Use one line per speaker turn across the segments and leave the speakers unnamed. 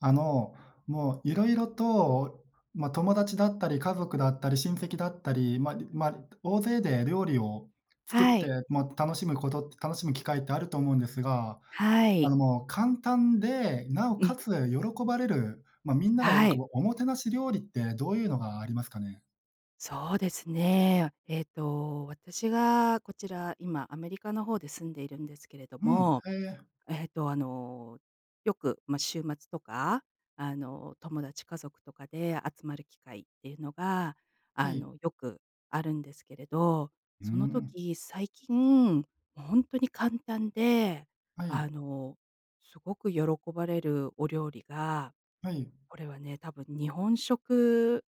あの、もういろいろと、まあ、友達だったり、家族だったり、親戚だったり、まあ、大勢で料理を作っ
は
て、
い。
まあ、楽しむ機会ってあると思うんですが、
はい。
もう簡単で、なお
うん、
かつ喜ばれる、まあ、みんなが喜ぶ
はい。
おもてなし料理ってどういうのがありますかね？
そうですね。私がこちら、今アメリカの方で住んでいるんですけれど
うん、
も、
へえ、
えっと、あの、よく、まあ、週末とか、友達、家族とかで集まる機会っていうのが、
はい。
よくあるんですけれど、
うー
その
ん、
時、最近、本当に簡単で、
はい、
あの、すごく喜ばれるお料理が、
はい、
これはね、多分日本食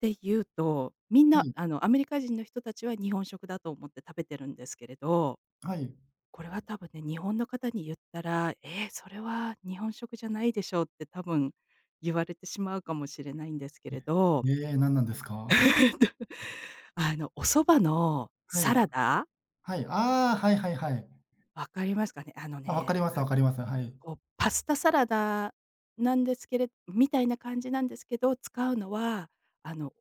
で言うと、みん
は
な
い、
アメリカ人の人たちは日本食だと思って食べてるんですけれど、
はい。
これは多分ね、日本の方に言ったら、「えー、それは日本食じゃないでしょ」うって多分言われてしまうかもしれないんですけ
え、
れど、
ええ、何なんですか？
お蕎麦の
は
サ
い、
ラダ、
はい、ああ、はいはいはいはい、ええ、何なんですか？はいはい。
わかりますかね？あの
あ、わか
ね、
りますわかります。はい。
こう、パスタサラダなんですけれみたいな感じなんですけど、使うのは、あの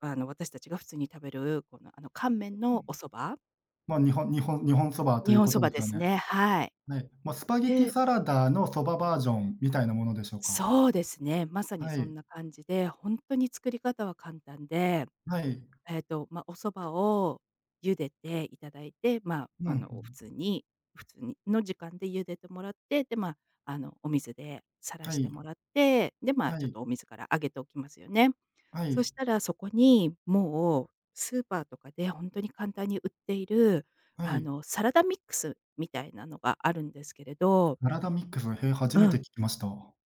私たちが普通に食べる、この、乾麺のお蕎麦。
まあ、日本そばと
日
いう
本
こ
そ
と
ば
です
で
よ
す
ね。
ね、はい。
はい。ま、スパゲティ
で
サラダのそばバージョンみたいなものでしょうか？
そうですね、まさに
は
そん
い、
な感じで、本当に作り方は簡単で、
はい、
まあ、お蕎麦を茹でていただいて、ま
う
あ、
んふ
普
ん。
通に普通にの時間で茹でてもらって、で、まあ、お水でさら
は
して
い、
もらって、で、まあ、
は
ちょっ
い、
とお水からあげておきますよね。
は
そ
い、
したらそこに、もうスーパーとかで本当に簡単に売っている、
はい。
サラダミックスみたいなのがあるんですけれど。
サラダミックス、へえ、初
う
めて
ん。
聞きました。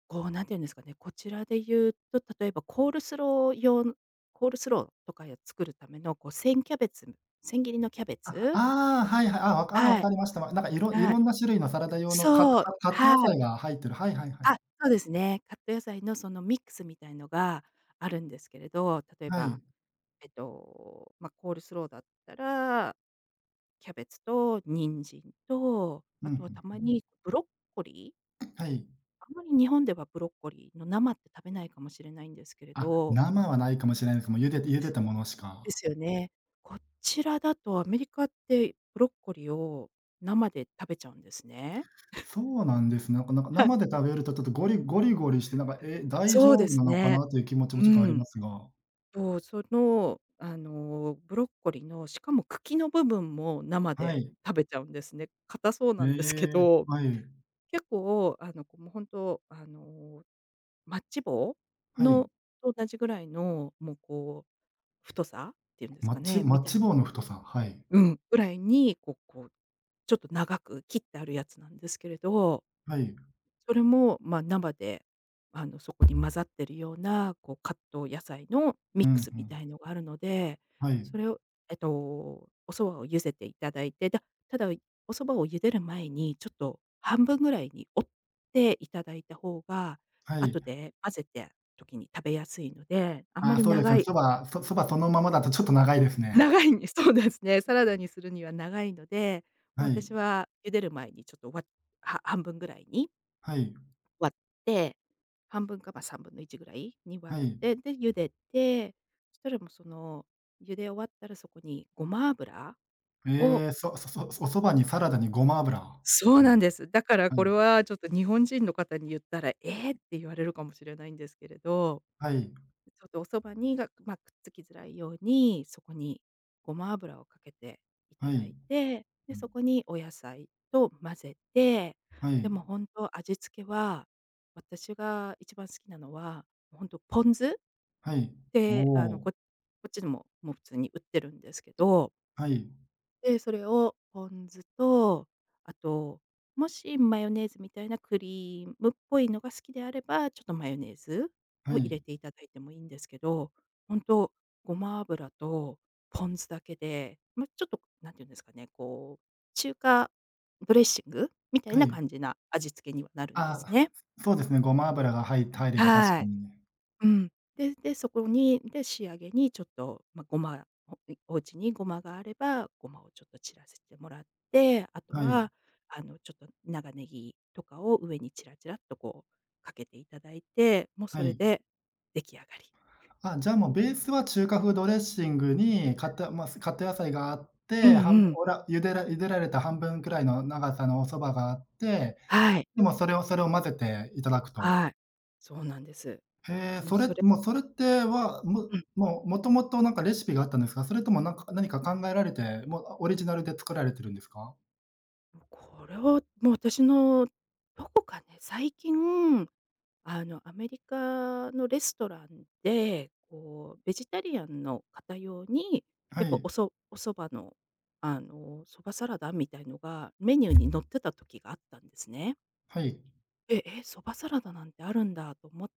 こう、何て言うんですかね、こちらで言うと、例えばコールスロー用のコールスローとかや作るためのこう千キャベツ、千切りのキャベ
あ、
ツ。
ああ、はいはい、あ、わあ、わ
は
か
い、
りました。なんかいろい
はい。
ろんな種類のサラダ用のカッ
そう、
カカット
は
野
い。
菜が入ってる。はいはいはい。
あ、そうですね。カット野菜のそのミックスみたいのがあるんですけれど、例え
は
ば、
い。
まあ、コールスローだったら、キャベツと人参と、
う
あ
ん、
とはた
ふ
ま
ん。
にブロッコリー？
はい。
あまり日本ではブロッコリーの生って食べないかもしれないんですけれ
あ、
ど。
生はないかもしれないです。もう茹で茹
で
で
す
たものし
で
か。
すよね。こちらだとアメリカってブロッコリーを生で食べちゃうんですね。
そうなんですね。なんか
はい、
生で食べるとちょっとゴリゴリゴリして、なんか、大
そう
丈
で
夫な
す
のか
ね。
なという気持ちも
う
ちょっとあり
ん。
ますが。
そう、その、ブロッコリーのしかも茎の部分も生
は
で
い。
食べちゃうんですね。硬そう
え
なんですけ
え、
ど、
はい、
結構こう、もう本当マッチ棒
はい。
のと同じぐらいの、もうこう、太さっていうんです
マッ
か
チ
ね、
マ
み
ッ
たい、
チ棒の太さ、はい、
うん、ぐらいに、ちょっと長く切ってあるやつなんですけれど、
はい。
それも、ま、生で、そこに混ざってるような、こう、カット野菜の
う
ミック
ん、
ス
う
み
ん、
たいのがあるので、
はい、
それを、えっと、お蕎麦を茹でていただいて、ただ、お蕎麦を茹でる前に、ちょっと半分ぐらいに折っていただいた方が、
はい。
後で混ぜた時に食べやすいので、あんま
ああ、
り
そうです
長
ね、
い
そばそのままだとちょっと長いですね。
長いんで そうですね。サラダにするには長いので、も
は
う
い、
私は茹でる前にちょっとは半分ぐらいに
はい、
割って、半分か、ま、1/3ぐらいに割
は
っ
い。
て、で、茹でて、そしたらもうその、茹で終わったらそこにごま油を。
ええ、そそそおそばにサラダにごま油。は
そ
い、
うなんです。だから
は
こ
い、
れはちょっと日本人の方に言ったら、「ええ！」って言われるかもしれないんですけれど、
はい、
ちょっとおそばにが、まあ、くっつきづらいように、そこにごま油をかけていた
は
だ
い、
いて、で、
うん、
そこにお野菜と混ぜて、
は
で
い、
も本当味付けは、私が一番好きなのは、本当ポン酢っ
はい。お
て、
お、
こっちでも、もう普通に売ってるんですけど。
はい、
で、それをポン酢と、あと、もしマヨネーズみたいなクリームっぽいのが好きであれば、ちょっとマヨネーズ
は
を入
い、
れていただいてもいいんですけど、ほんと、ごま油とポン酢だけで、ま、ちょっと何て言うんですかね、こう、中華ドレッシングみたい
は
な
い。
感じな味付けにはなるんです
あ、
ね。
そうですね、ごま油が、はい、入れば確
は
か
い。
にね。
うん。で、そこに、で、仕上げにちょっと、まあ、ごまおお家にごまがあれば、ごまをちょっと散らせてもらって、あと
はい、
は、ちょっと長ネギとかを上にチラチラっとこうかけていただいて、もう
は
それ
い。
で出来上がり。
あ、じゃあもうベースは中華風ドレッシングにカット野菜があっ
うん
て、半分
うん。
おら茹でら茹でられた半分くらいの長さのお蕎麦があって、
はい、
でもそれを混ぜていただくと。
はい。そうなんです。
へえ、
もう
それ
それ。
もうそれっては、
うん。
もともとなんかレシピがあったんですか？それとも何か考えられて、もうオリジナルで作られてるんですか？
これはもう私の、どこかね、最近アメリカのレストランで、こう、ベジタリアンの方用に、
は
やっぱ
い、
おそお蕎麦の、蕎麦サラダみたいのがメニューに載ってた時があったんですね。
はい。
ええ、蕎麦サラダなんてあるんだと思っ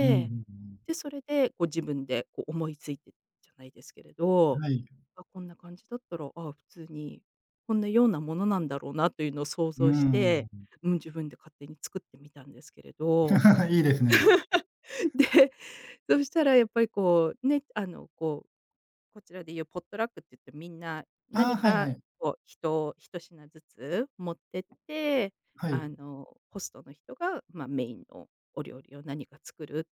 うんうん
で、それでこう自分でこう思いついてじゃないですけれ
うん。
ど、
はい。
あ、こんな感じだったら、ああ、普通にこんなようなものなんだろうなというのを想
う
像し
ん
て、
う
うん、自分で勝手に作ってみたんですけれ
ん。
ど。
いいですね。
でそしたらやっぱりこう、ね、こう、こちらでいうポットラックって言ってみんな
ああ、
何
はいは
か
い。
こう1、1品ずつ持ってって、
はい。
ホストの人が、まあ、メインのお料理を何か作る。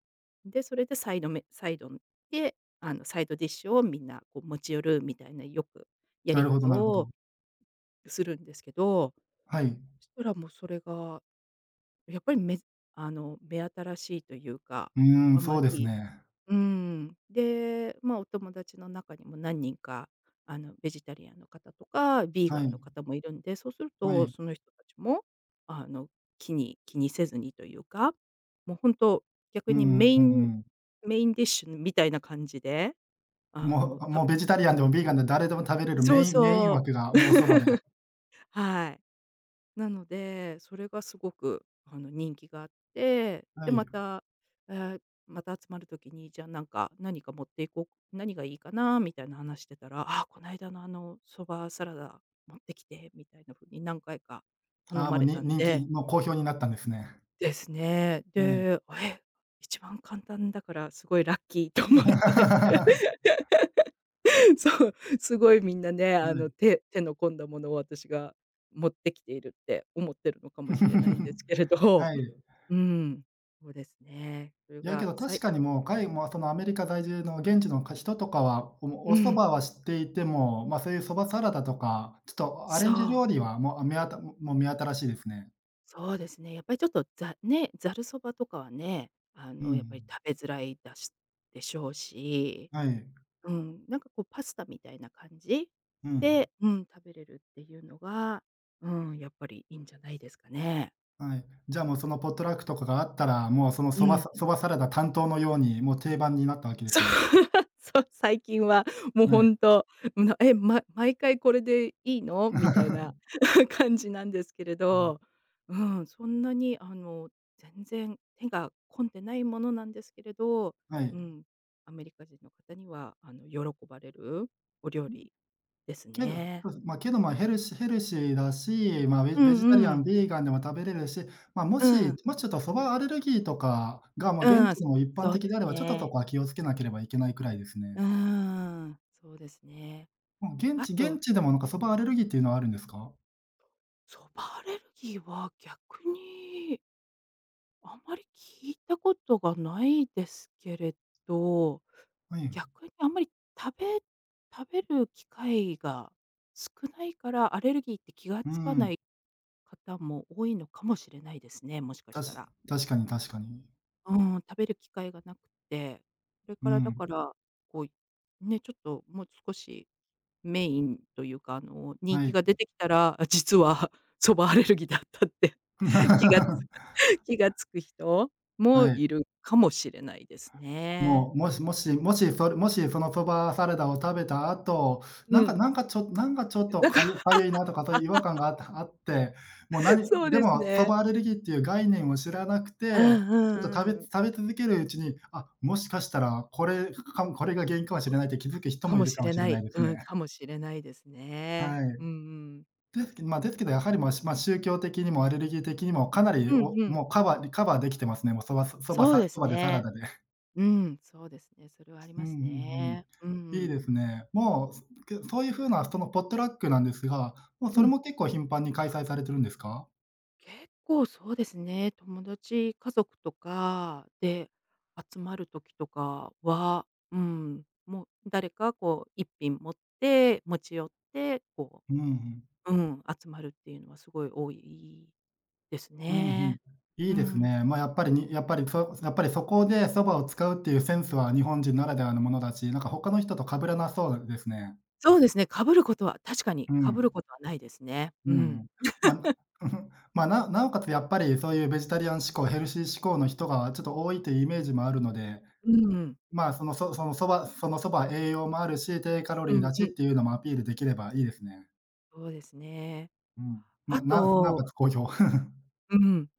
で、それでサイドで、サイドディッシュをみんなこう持ち寄るみたいなよくや
な
り
るほど
方
なるほ
を
ど。
するんですけど、
はい。
そしたらもうそれがやっぱり目新しいというか、
うーん、
あ
そ
ま
うです
り。
ね。
うん。で、まあ、お友達の中にも何人か、ベジタリアンの方とか、ビー
は
ガン
い、
の方もいるんで、そうする
は
と
い。
その人たちも、あの、気にせずにというか、もう本当
う
逆にメ
ん
イ
うんう
ン
んうん。
メインディッシュみたいな感じで、あ
も
の、
う、
た
もうベジタリアンでもビーガンでも誰でも食べれる
そ
メ
う
インメイン
そ
枠が
う
もうお そばで。
はい。なので、それがすごくあの人気があって、
は
で、ま
い。
た、えーまた集まる時に、じゃあなんか、何か持っていこう何がいいかなみたいな話してたら、あこの間のあのそばサラダ持ってきてみたいな風に何回か頼
ああ、
まれたんで、
もう好評になったんですね。
ですね。
はい。
で、え、一番簡単だからすごいラッキーと思って、そう、すごいみんなね、
はい。
手の込んだものを私が持ってきているって思ってるのかもしれないんで すけれど。
はい。
うん、そうですね。それ
いやけ
が
ど
さ
確
い、
かにもうそのアメリカ在住の現地の人とかは、お
う
お蕎
ん、
麦は知っていても、ま、そういう蕎麦サラダとか、ちょっとアレンジ料
そう、
理はもう、あ、めあたもう目新しいですね。
そうですね。やっぱりちょっと、ざるそばとかはね、
う
やっぱり
ん。
食べづらいだしでしょうし、
はい。
うん、なんかこうパスタみたいな感じ
うん。
で、うん、食べれるっていうのが、うん、やっぱりいいんじゃないですかね。
はい。じゃあもうそのポットラックとかがあったら、もうそのそ
う
ばさ
ん。
そばサラダ担当のように、もう定番になったわけで
そ
す
う
ね。
そう、最近はもう
はい。
本当、なえ、ま毎回これでいいの？」みたいな 感じなんですけれど、うん、そんなに全然手が込んでないものなんですけれど、
はい。はい。
うん、アメリカ人の方には喜ばれるお料理です
けど
ね。
そうです、まあ、けど、ま、ヘルシーヘルシーだし、まあ、ベ
う
ベ
ん
ジタリ
う
ア
ん。
ン、ビーガンでも食べれるし、まあ、も
う
し
ん。
もしちょっとそばアレルギーとかが、もう現
うん、
地でも一般
そう
的
で
で
す
あれば、ちょっとそ
ね。
こは気をつけなければいけないくらいですね。
うん、そうですね。
もう現
あ
地現
と、
地でもなんかそばアレルギーっていうのはあるんですか？
ソバアレルギーは逆にあんまり聞いたことがないですけれど、
はい。
逆にあんまり食べ食べる機会が少ないから、アレルギーって気が
う
付かな
ん。
い方も多いのかもしれないですね、もしか
た
した
し
ら。
確かに確かに。
うーん、食べる機会がなくて、これ
う
からだ
ん。
から、こう、ね、ちょっともう少しメインというか、人
は
気
い。
が出てきたら、実は そばアレルギーだったって 気が 気がつく人も
はい。
いるかもしれないですね。
もう、もし、そのそばサラダを食べた後、
う
なんか
ん。
なんかちょっと
なんか、
かゆいなとかそういう違和感があって、もう
そう
で
です
もそ
ね。
ばアレルギーっていう概念を知らなく
う
て、
んう
ちょっと食
んう
べ
ん。
食べ続けるうちに、あ、もしかしたらこれが原因かもしれないって気づく人
か
もい
も
る
し
かも
れ
しれ
な
ない
い。
です
うん、
ね。
かもしれないですね。
はい。
うんうん。
ですけどやはり、まあ、まあ、宗教的にもアレルギー的にもかな
う
り、
ん
お
うん。
もうカバーできてますね。もうそばそば
そう
さ
で
そ
す
ばでサラ
ね。
ダで。
うん、そうですね。それはあり
うん
ま
うんう
す
ん。
ね。うんう
いい
ん。
ですね。もう、そういう風なそのポットラックなんですが、もうそれも結構頻繁に開催されてるんですか？
結構そうですね、友達、家族とかで集まる時とかは、うん、もう誰かこう一品持ち寄ってこ
うんうん。
ううん、集まるっていうのはすごい多いです
うんうん。
ね。
いい
う
です
ん。
ね。まあ、やっぱりそこで蕎麦を使うっていうセンスは日本人ならではのものだし、なんか他の人と被らなそうですね。
そうですね、被ることは確かに
う
被る
ん。
ことはないですね。う
う
ん。
ん。ま、まあ、なおかつやっぱりそういうベジタリアン志向、ヘルシー志向の人がちょっと多いというイメージもあるので、
うんうん。
まあ、その、そのそば栄養もあるし、低カロ
う
リー
ん
だし
う
っ
ん、
ていうのもアピールできればいいですね。
そうですね。
うん。ま、
あ
なおか
と
つ好評。
うん、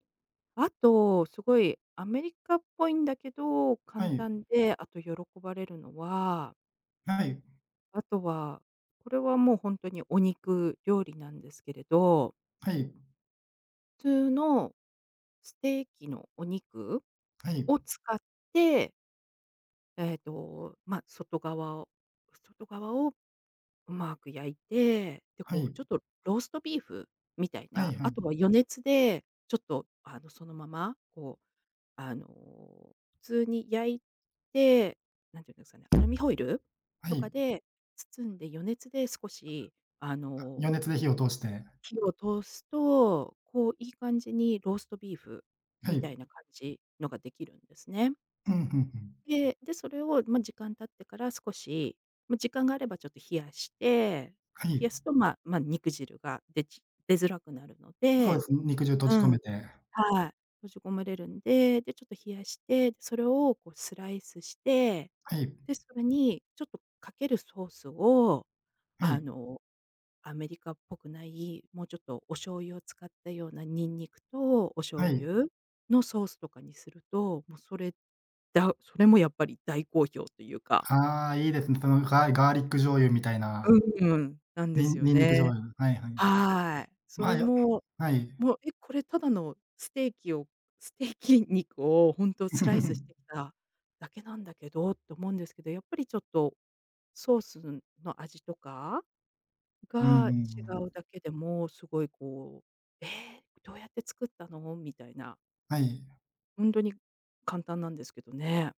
あと、すごいアメリカっぽいんだけど、
は
簡
い。
単で、あと喜ばれるのは、
はい。
あとは、これはもうほんとにお肉料理なんですけれど、
はい。
普通のステーキのお肉
はい。
を使ってまあ、外側をうまく焼いて、で、
は
こう
い。
ちょっとローストビーフみたい
は
な、
いは
あ
い。
とは余熱でちょっと、そのまま、こう、普通に焼いて、なんていうんですかね、アルミホイル
は
とか
い。
で包んで余熱で少し、あの、
余熱で火を通して。
火を通すと、こういい感じにローストビーフ
は
み
い。
たいな感じのができるんですね。
うん、ふんふん。
で、それを、ま、時間経ってから少し、ま、時間があればちょっと冷やして、
は
冷
い。
やすと、まま、肉汁が出づらくなるの
そうで
で
す、肉汁閉
う
じ込
ん。
めて。
はい、閉じ込めれるんで、で、ちょっと冷やして、それをこうスライスして、
はい。
で、それにちょっとかけるソースを、
は
あ
い。
の、アメリカっぽくない、もうちょっとお醤油を使ったようなニンニクとお醤
はい。
油のソースとかにすると、もうそれだそれもやっぱり大好評というか。
ああ、いいですね。そのガーリック醤油みたいな。
うん、なんで
にん
すよ
ニンニク醤
ね。
油。はいはいはい。
はい。そ
ま
れ
あ、
も、
はい。
もう、え、これただのステーキをステーキ肉をほんとスライスしてき ただけなんだけどって思うんですけど、やっぱりちょっとソースの味とか
うんうんう
が違
ん。
うだけでも、すごいこう、「え、どうやって作ったの？」みたいな、
はい。
ほんとに簡単なんですけどね。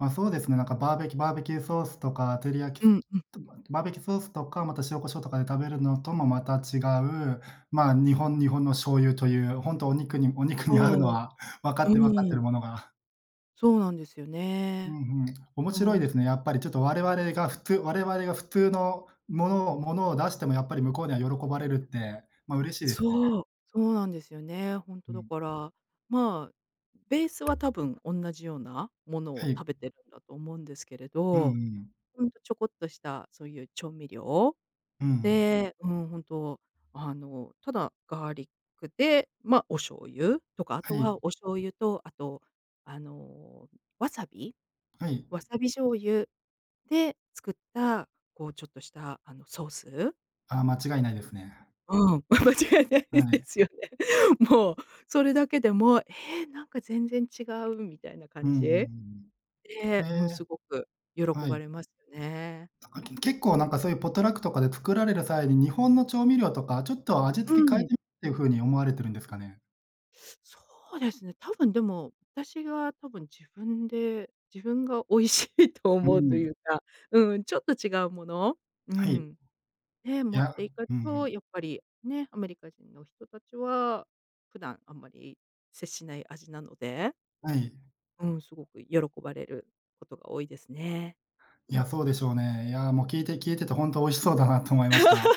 ま、そうですね、なんかバーベキューソースとか、照り焼き
うんうん、
ソバーベキューソースとか、また塩コショウとかで食べるのともまた違う、まあ、日本の醤油という、本当お肉に合うの
そ
は 分か
う、
って分かって
う
る
ん、
ものが
そうなんですよ
う
ね。
んうん。面
う
白い
ん。
ですね。やっぱりちょっと我々が普通のものを出してもやっぱり向こうには喜ばれるって、ま、嬉しいですね。
そう、そうなんですよね。本
う
当だ
ん。
から、まあ、ベースは多分同じようなもの
は
を
い。
食べてるんだと思うんですけれ
うんう
ど、
ん。
ほんとちょこっとしたそういう調味料
うんうん。
で、うん、本当ただガーリックで、まあ、お醤油とか、あ
は
と
い。
はお醤油と、あと、あの、わさび
はい。
わさび醤油で作った、こうちょっとしたあのソース
ああ、間違いないですね。
うん、間違いない
は
で
い。
すよね。もう、それだけでも、なんか全然違うみたいな
う
感
んう
じで、
んうんうん。
うん、
へえ
すごく喜
ー、はいはい、あ、間違いないですね。はい、うんうんうん、え、は
ば
い。
れますよね。
あ、結構なんかそういうポトラックとかで作られる際に、日本の調味料とか、ちょっと味
う
付け変え
ん。
てみっていう風に思われてるんですかね？
そうですね、多分でも、私が多分自分が美味しいと
う
思うと
ん、
いうか、うん、ちょっと違うもの、う
はい。
ん、ね、
い
持っ
や、
ていく
うんう
と、
ん。
やっぱりね、アメリカ人の人たちは、普段あんまり接しない味なので
はい。
うん、すごく喜ばれることが多いですね。
いや、そうでしょうね。いや、もう聞いててほんと美味しそうだなと思いました。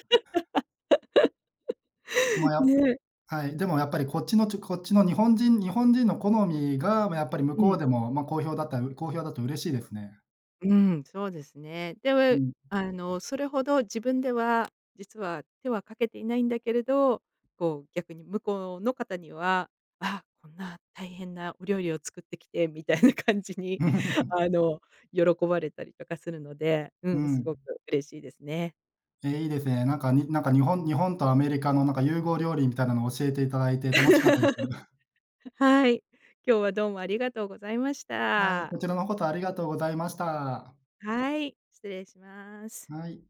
ま、
ね。
はい、でもやっぱりこっちの日本人の好みが、ま、やっぱり向
う
こう
ん、
でも、ま、好評だと嬉しいですね。
うん、そうですね。
う
で、
ん。
それほど自分では、実は手はかけていないんだけれど、こう逆に向こうの方には、あ、こんな大変なお料理を作ってきてみたいな感じに あ の、喜ばれたりとかするので、う
う
ん、す
ん。
ごく嬉しいですね。
え、いいですね。なんかになんか日本とアメリカのなんか融合料理みたいなのを教えていただいて楽しかったです。
はい。今日はどうもありがとうございまし
はい、
た。
こちらのことありがとうございました。
はい、失礼します。
はい。